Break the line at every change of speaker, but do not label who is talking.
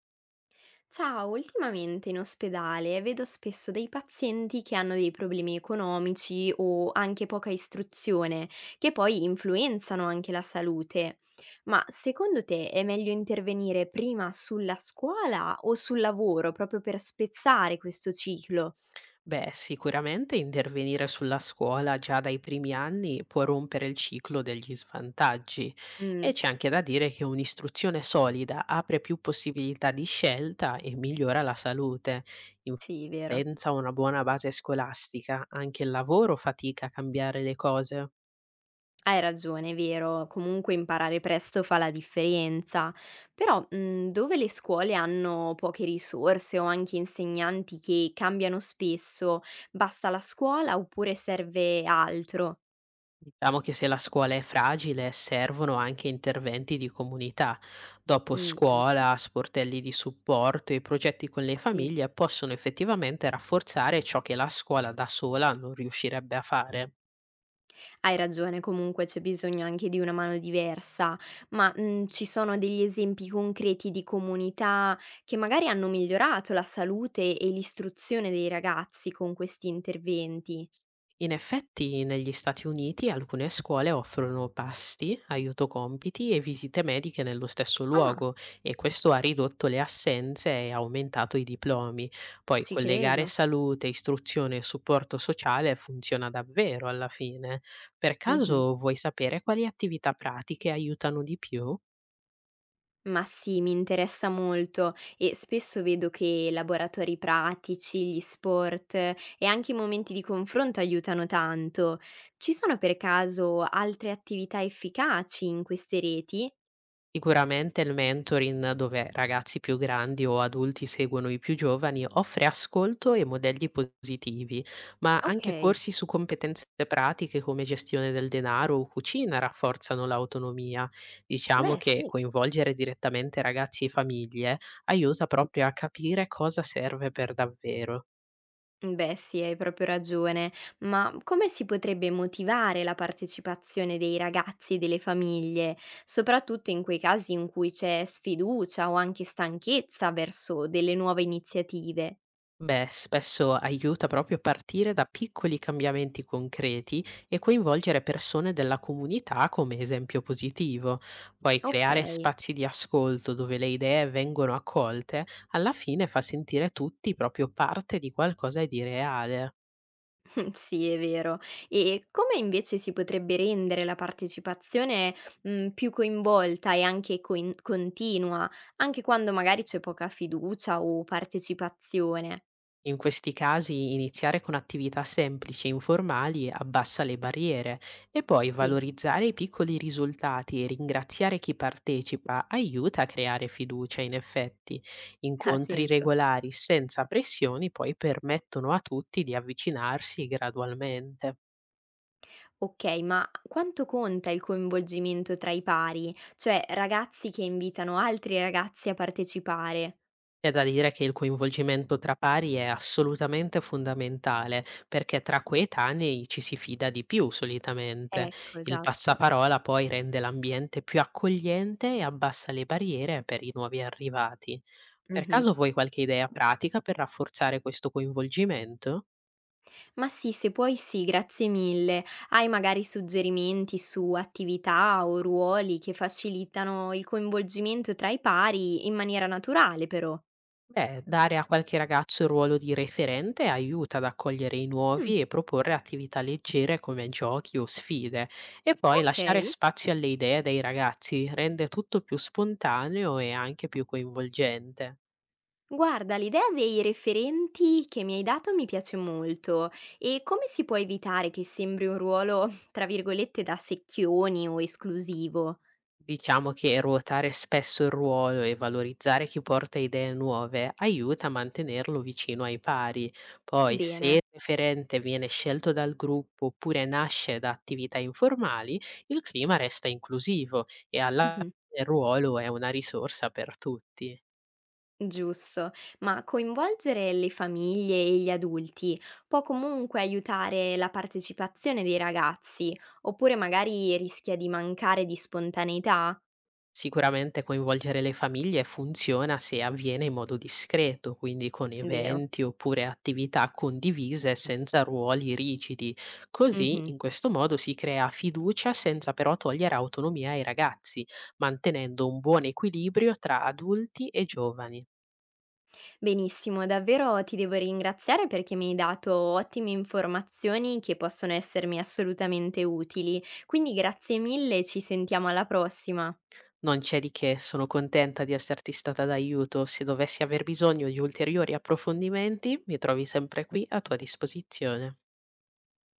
Ciao, ultimamente in ospedale vedo spesso dei pazienti che hanno dei problemi economici o anche poca istruzione, che poi influenzano anche la salute. Ma secondo te è meglio intervenire prima sulla scuola o sul lavoro, proprio per spezzare questo ciclo?
Beh, sicuramente intervenire sulla scuola già dai primi anni può rompere il ciclo degli svantaggi
Mm,
e c'è anche da dire che un'istruzione solida apre più possibilità di scelta e migliora la salute. In-
sì, vero.
Senza una buona base scolastica, anche il lavoro fatica a cambiare le cose.
Hai ragione, è vero, comunque imparare presto fa la differenza, però dove le scuole hanno poche risorse o anche insegnanti che cambiano spesso, basta la scuola oppure serve altro?
Diciamo che se la scuola è fragile, servono anche interventi di comunità. Dopo
Mm, giusto.
scuola, sportelli di supporto e progetti con le
Sì,
famiglie possono effettivamente rafforzare ciò che la scuola da sola non riuscirebbe a fare.
hai ragione, comunque c'è bisogno anche di una mano diversa, ma ci sono degli esempi concreti di comunità che magari hanno migliorato la salute e l'istruzione dei ragazzi con questi interventi?
In effetti, negli Stati Uniti alcune scuole offrono pasti, aiuto compiti e visite mediche nello stesso
Ah,
luogo e questo ha ridotto le assenze e aumentato i diplomi. Poi
ci
collegare
credo.
salute, istruzione e supporto sociale funziona davvero alla fine. Per
Mh-mh.
caso vuoi sapere quali attività pratiche aiutano di più?
Ma sì, mi interessa molto e spesso vedo che laboratori pratici, gli sport, e anche i momenti di confronto aiutano tanto. Ci sono per caso altre attività efficaci in queste reti?
Sicuramente il mentoring, dove ragazzi più grandi o adulti seguono i più giovani, offre ascolto e modelli positivi, ma anche
Okay,
corsi su competenze pratiche come gestione del denaro o cucina rafforzano l'autonomia. Diciamo
beh
che
sì.
coinvolgere direttamente ragazzi e famiglie aiuta proprio a capire cosa serve per davvero.
Beh sì, hai proprio ragione. Ma come si potrebbe motivare la partecipazione dei ragazzi e delle famiglie, soprattutto in quei casi in cui c'è sfiducia o anche stanchezza verso delle nuove iniziative?
Beh, spesso aiuta proprio partire da piccoli cambiamenti concreti e coinvolgere persone della comunità come esempio positivo. Poi creare
Okay,
spazi di ascolto dove le idee vengono accolte, alla fine fa sentire tutti proprio parte di qualcosa di reale.
sì è vero. E come invece si potrebbe rendere la partecipazione, più coinvolta e anche coin continua, anche quando magari c'è poca fiducia o partecipazione?
In questi casi iniziare con attività semplici e informali abbassa le barriere e poi
Sì,
valorizzare i piccoli risultati e ringraziare chi partecipa aiuta a creare fiducia in effetti.
ha
Incontri
senso.
regolari senza pressioni poi permettono a tutti di avvicinarsi gradualmente.
Okay, ma quanto conta il coinvolgimento tra i pari? Cioè ragazzi che invitano altri ragazzi a partecipare.
C'è da dire che il coinvolgimento tra pari è assolutamente fondamentale, perché tra coetanei ci si fida di più solitamente.
Ecco,
Il
esatto.
passaparola poi rende l'ambiente più accogliente e abbassa le barriere per i nuovi arrivati. Per
Mh-mh.
caso vuoi qualche idea pratica per rafforzare questo coinvolgimento?
Ma sì, se puoi sì, grazie mille. Hai magari suggerimenti su attività o ruoli che facilitano il coinvolgimento tra i pari in maniera naturale però?
Beh, dare a qualche ragazzo il ruolo di referente aiuta ad accogliere i
Mh,
nuovi e proporre attività leggere come giochi o sfide. E poi lasciare
okay.
spazio alle idee dei ragazzi rende tutto più spontaneo e anche più coinvolgente.
Guarda, l'idea dei referenti che mi hai dato mi piace molto. E come si può evitare che sembri un ruolo, tra virgolette, "da secchioni" o esclusivo?
Diciamo che ruotare spesso il ruolo e valorizzare chi porta idee nuove aiuta a mantenerlo vicino ai pari. Poi, se
Bene.
il referente viene scelto dal gruppo oppure nasce da attività informali, il clima resta inclusivo e alla
Mh-mh.
fine il ruolo è una risorsa per tutti.
Giusto, ma coinvolgere le famiglie e gli adulti può comunque aiutare la partecipazione dei ragazzi, oppure magari rischia di mancare di spontaneità?
Sicuramente coinvolgere le famiglie funziona se avviene in modo discreto, quindi con
Vero.
eventi oppure attività condivise senza ruoli rigidi. Così,
Mhm.
in questo modo, si crea fiducia senza però togliere autonomia ai ragazzi, mantenendo un buon equilibrio tra adulti e giovani.
Benissimo, davvero ti devo ringraziare perché mi hai dato ottime informazioni che possono essermi assolutamente utili. Quindi grazie mille, ci sentiamo alla prossima.
Non c'è di che, sono contenta di esserti stata d'aiuto. Se dovessi aver bisogno di ulteriori approfondimenti, mi trovi sempre qui a tua disposizione.